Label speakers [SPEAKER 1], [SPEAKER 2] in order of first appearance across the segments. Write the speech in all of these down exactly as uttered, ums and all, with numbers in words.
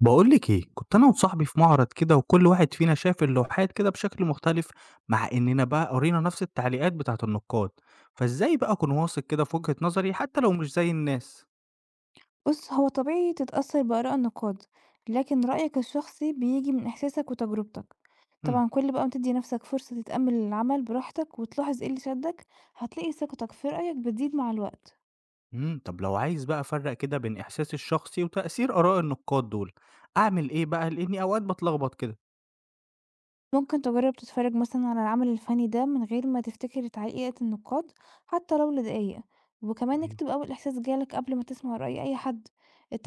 [SPEAKER 1] باقول لِك إيه، كنت أنا وصاحبي في معرض كده وكل واحد فينا شاف اللوحات كده بشكل مختلف، مع إننا بقى قرينا نفس التعليقات بتاعة النقاد، فإزاي بقى أكون واثق كده في وجهة نظري حتى لو مش زي الناس؟
[SPEAKER 2] بُص، هو طبيعي تتأثّر بآراء النقاد، لكن رأيك الشخصي بييجي من إحساسك وتجربتك.
[SPEAKER 1] إمم،
[SPEAKER 2] طبعًا كل بقى ما تدّي نَفْسك فرصة تتأمّل العمل براحتك وتلاحظ إيه اللي شدّك، هتلاقي ثقتك في رأيك بتزيد مع الوقت.
[SPEAKER 1] إمم، طب لو عايز بقى أفرّق كده بين إحساسي الشخصي وتأثير آراء النقاد دول، أعمل إيه بقى؟ لإني أوقات باتلخبط كده.
[SPEAKER 2] ممكن تجرّب تتفرّج مثلًا على العمل الفني ده من غير ما تفتكر تعليقات النقاد حتى لو لدقايق، وكمان
[SPEAKER 1] أيوه.
[SPEAKER 2] اكتب أول إحساس جالك قبل ما تسمع رأي أي حد.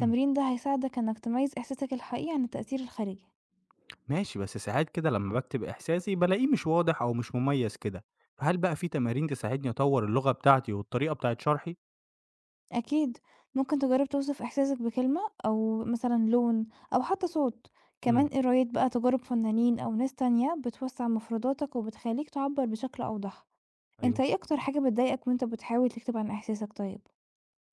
[SPEAKER 1] إمم،
[SPEAKER 2] ده هيساعدك إنك تميّز إحساسك الحقيقي عن التأثير الخارجي.
[SPEAKER 1] ماشي بس ساعات كده لمّا باكتب إحساسي بالاقيه مش واضح أو مش مميز كده، فهل بقى في تمارين تساعدني أطوّر اللغة بتاعتي والطريقة بتاعة شرحي؟
[SPEAKER 2] أكيد، ممكن تجرّب توصف إحساسك بكلمة أو مثلًا لون أو حتى صوت،
[SPEAKER 1] إمم،
[SPEAKER 2] كمان قراية بقى تجارب فنانين أو ناس تانية بتوسّع مفرداتك وبتخلّيك تعبّر بشكل أوضح. أنت
[SPEAKER 1] أيوه.
[SPEAKER 2] إيه أكتر حاجة بتضايقك وأنت بتحاول تكتب عن إحساسك طيب؟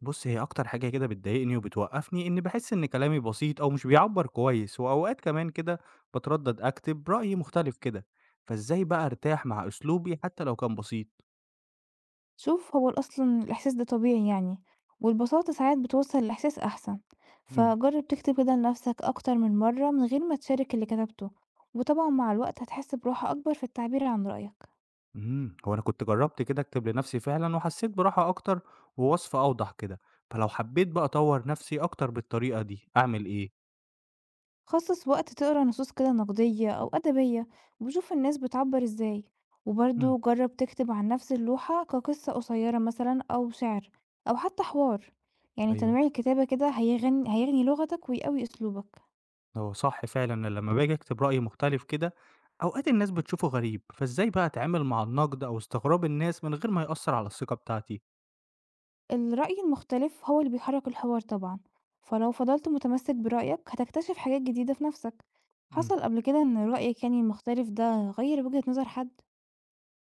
[SPEAKER 1] بُص، هي أكتر حاجة كده بتضايقني وبتوقّفني إني باحس إن كلامي بسيط أو مش بيعبّر كويس، وأوقات كمان كده باتردّد أكتب رأي مختلف كده، فإزاي بقى أرتاح مع أسلوبي حتى لو كان بسيط؟
[SPEAKER 2] شوف هو ال أصلًا الإحساس ده طبيعي يعني، والبساطة ساعات بتوصّل الإحساس أحسن،
[SPEAKER 1] إمم.
[SPEAKER 2] فجرّب تكتب كده لنفسك أكتر من مرّة من غير ما تشارك اللي كتبته، وطبعًا مع الوقت هتحس براحة أكبر في التعبير عن رأيك.
[SPEAKER 1] إمم، هو أنا كنت جرّبت كده أكتب لنفسي فعلًا وحسّيت براحة أكتر ووصف أوضح كده، فلو حبّيت بقى أطوّر نفسي أكتر بالطريقة دي أعمل إيه؟
[SPEAKER 2] خصص وقت تقرا نصوص كده نقدية أو أدبية وشوف الناس بتعبر ازاي،
[SPEAKER 1] إمم،
[SPEAKER 2] وبرضه جرب تكتب عن نفس اللوحة كقصة قصيرة مثلا أو شعر أو حتى حوار. يعني
[SPEAKER 1] أيوه.
[SPEAKER 2] تنويع الكتابة كده هيغني هيغني لغتك ويقوي أسلوبك.
[SPEAKER 1] هو صح فعلًا، أنا لمّا باجي أكتب رأي مختلف كده، أوقات الناس بتشوفه غريب، فإزاي بقى أتعامل مع النقد أو استغراب الناس من غير ما يأثّر على الثقة بتاعتي؟
[SPEAKER 2] الرأي المختلف هو اللي بيحرك الحوار طبعا، فلو فضلت متمسك برأيك هتكتشف حاجات جديدة في نفسك.
[SPEAKER 1] امم.
[SPEAKER 2] حصل قبل كده إن رأيك يعني المختلف ده غير وجهة نظر حد؟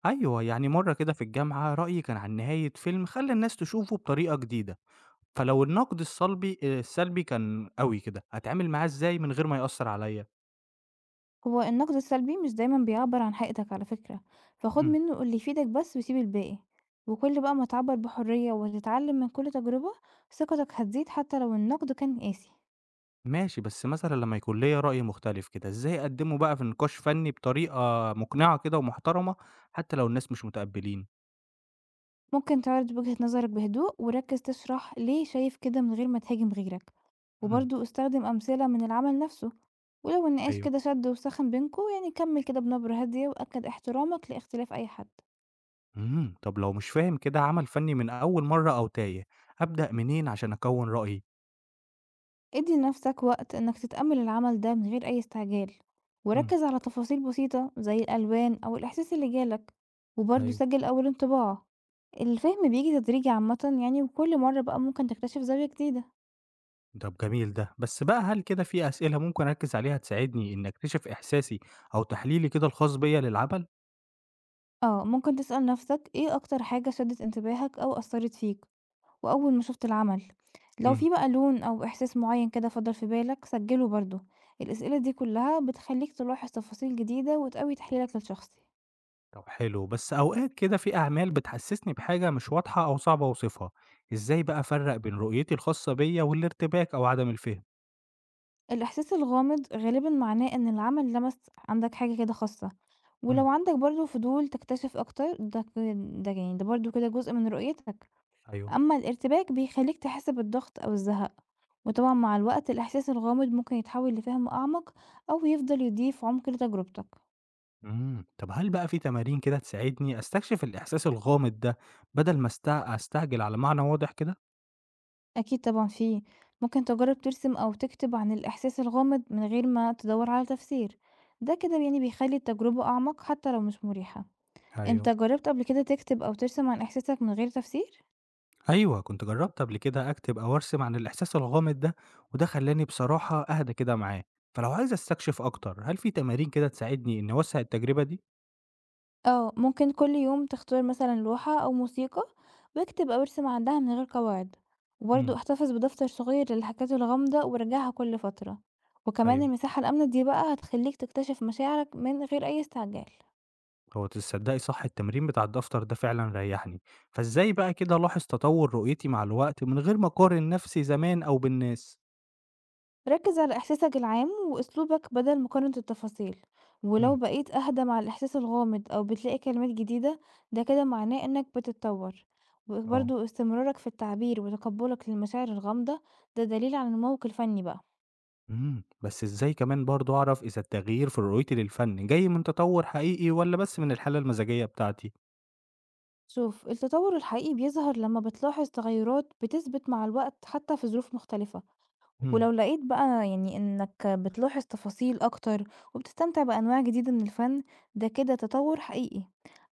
[SPEAKER 1] أيوه، يعني مرّة كده في الجامعة رأيي كان عن نهاية فيلم خلّى الناس تشوفه بطريقة جديدة، فلو النقد السلبي آآ السلبي كان قوي كده، أتعامل معاه إزاي من غير ما يأثّر عليّا؟
[SPEAKER 2] هو النقد السلبي مش دايما بيعبر عن حقيقتك على فكرة، فخد
[SPEAKER 1] امم.
[SPEAKER 2] منه اللي يفيدك بس وسيب الباقي. وكل بقى ما تعبر بحرية وتتعلم من كل تجربة، ثقتك هتزيد حتى لو النقد كان قاسي.
[SPEAKER 1] ماشي، بس مثلًا لمّا يكون ليّا رأي مختلف كده، إزاي أقدّمه بقى في نقاش فني بطريقة مقنعة كده ومحترمة، حتى لو الناس مش متقبّلين؟
[SPEAKER 2] ممكن تعرض وجهة نظرك بهدوء وركز تشرح ليه شايف كده من غير ما تهاجم غيرك،
[SPEAKER 1] امم.
[SPEAKER 2] وبرضه استخدم أمثلة من العمل نفسه. ولو النقاش
[SPEAKER 1] أيوه.
[SPEAKER 2] كده شد وسخن بينكوا يعني كمل كده بنبرة هادية وأكد احترامك لاختلاف أي حد.
[SPEAKER 1] إمم، طب لو مش فاهم كده عمل فني من أول مرة أو تايه، أبدأ منين عشان أكوّن رأيي؟
[SPEAKER 2] ادي لنفسك وقت إنك تتأمل العمل ده من غير أي استعجال،
[SPEAKER 1] إمم،
[SPEAKER 2] وركز على تفاصيل بسيطة زي الألوان أو الإحساس اللي جالك، وبرضه
[SPEAKER 1] أيوه.
[SPEAKER 2] سجل أول انطباع. الفهم بيجي تدريجي عامة يعني، وكل مرة بقى ممكن تكتشف زاوية جديدة.
[SPEAKER 1] طب جميل ده، بس بقى هل كده في أسئلة ممكن أركز عليها تساعدني إني أكتشف إحساسي أو تحليلي كده الخاص بيّا للعمل؟
[SPEAKER 2] اه، ممكن تسأل نفسك ايه أكتر حاجة شدت انتباهك أو أثرت فيك وأول ما شفت العمل. لو
[SPEAKER 1] إمم.
[SPEAKER 2] في بقى لون أو إحساس معين كده فضل في بالك سجله برضه. الأسئلة دي كلها بتخليك تلاحظ تفاصيل جديدة وتقوي تحليلك للشخص.
[SPEAKER 1] طب حلو، بس أوقات كده في أعمال بتحسسني بحاجة مش واضحة أو صعب أوصفها، إزاي بقى أفرّق بين رؤيتي الخاصة بيّا والارتباك أو عدم الفهم؟
[SPEAKER 2] الإحساس الغامض غالبًا معناه إن العمل لمس عندك حاجة كده خاصة،
[SPEAKER 1] إمم.
[SPEAKER 2] ولو عندك برضه فضول تكتشف أكتر ده ك ده يعني ده برضه كده جزء من رؤيتك،
[SPEAKER 1] أيوه.
[SPEAKER 2] أما الارتباك بيخليك تحس بالضغط أو الزهق، وطبعًا مع الوقت الإحساس الغامض ممكن يتحول لفهم أعمق أو يفضل يضيف عمق لتجربتك.
[SPEAKER 1] إمم، طب هل بقى في تمارين كده تساعدني أستكشف الإحساس الغامض ده، بدل ما است أستعجل على معنى واضح كده؟
[SPEAKER 2] أكيد طبعًا في، ممكن تجرب ترسم أو تكتب عن الإحساس الغامض من غير ما تدور على تفسير، ده كده يعني بيخلي التجربة أعمق حتى لو مش مريحة. أنت
[SPEAKER 1] أيوه.
[SPEAKER 2] جرّبت قبل كده تكتب أو ترسم عن إحساسك من غير تفسير؟
[SPEAKER 1] أيوه، كنت جربت قبل كده أكتب أو أرسم عن الإحساس الغامض ده، وده خلّاني بصراحة أهدى كده معاه، فلو عايز أستكشف أكتر، هل في تمارين كده تساعدني إني أوسّع التجربة دي؟
[SPEAKER 2] آه، ممكن كل يوم تختار مثلًا لوحة أو موسيقى واكتب أو ارسم عندها من غير قواعد، وبرضه
[SPEAKER 1] إمم،
[SPEAKER 2] احتفظ بدفتر صغير للحاجات الغامضة وراجعها كل فترة، وكمان
[SPEAKER 1] أيوه.
[SPEAKER 2] المساحة الآمنة دي بقى هتخلّيك تكتشف مشاعرك من غير أي استعجال.
[SPEAKER 1] هو تصدّقي صح التمرين بتاع الدفتر ده فعلًا ريّحني، فإزاي بقى كده ألاحظ تطوّر رؤيتي مع الوقت من غير ما أقارن نفسي زمان أو بالناس؟
[SPEAKER 2] ركز على إحساسك العام وأسلوبك بدل مقارنة التفاصيل، ولو
[SPEAKER 1] إمم،
[SPEAKER 2] بقيت أهدى مع الإحساس الغامض أو بتلاقي كلمات جديدة ده كده معناه إنك بتتطور،
[SPEAKER 1] آه.
[SPEAKER 2] وبرضه استمرارك في التعبير وتقبلك للمشاعر الغامضة ده دليل على نموك الفني بقى.
[SPEAKER 1] إمم، بس إزاي كمان برضه أعرف إذا التغيير في رؤيتي للفن جاي من تطور حقيقي والّا بس من الحالة المزاجية بتاعتي؟
[SPEAKER 2] شوف التطور الحقيقي بيظهر لما بتلاحظ تغيرات بتثبت مع الوقت حتى في ظروف مختلفة.
[SPEAKER 1] إمم.
[SPEAKER 2] ولو لقيت بقى يعني إنك بتلاحظ تفاصيل أكتر وبتستمتع بأنواع جديدة من الفن ده كده تطور حقيقي،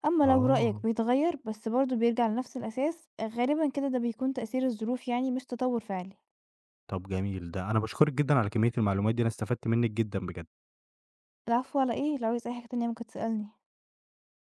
[SPEAKER 2] أما لو رأيك
[SPEAKER 1] آه،
[SPEAKER 2] بيتغير بس برضه بيرجع لنفس الأساس غالبا كده ده بيكون تأثير الظروف يعني مش تطور فعلي.
[SPEAKER 1] طب جميل ده، أنا باشكرِك جدًا على كمية المعلومات دي، أنا استفدت منِّك جدًا بجد.
[SPEAKER 2] العفو، على إيه؟ لو عايز أي حاجة تانية ممكن تسألني.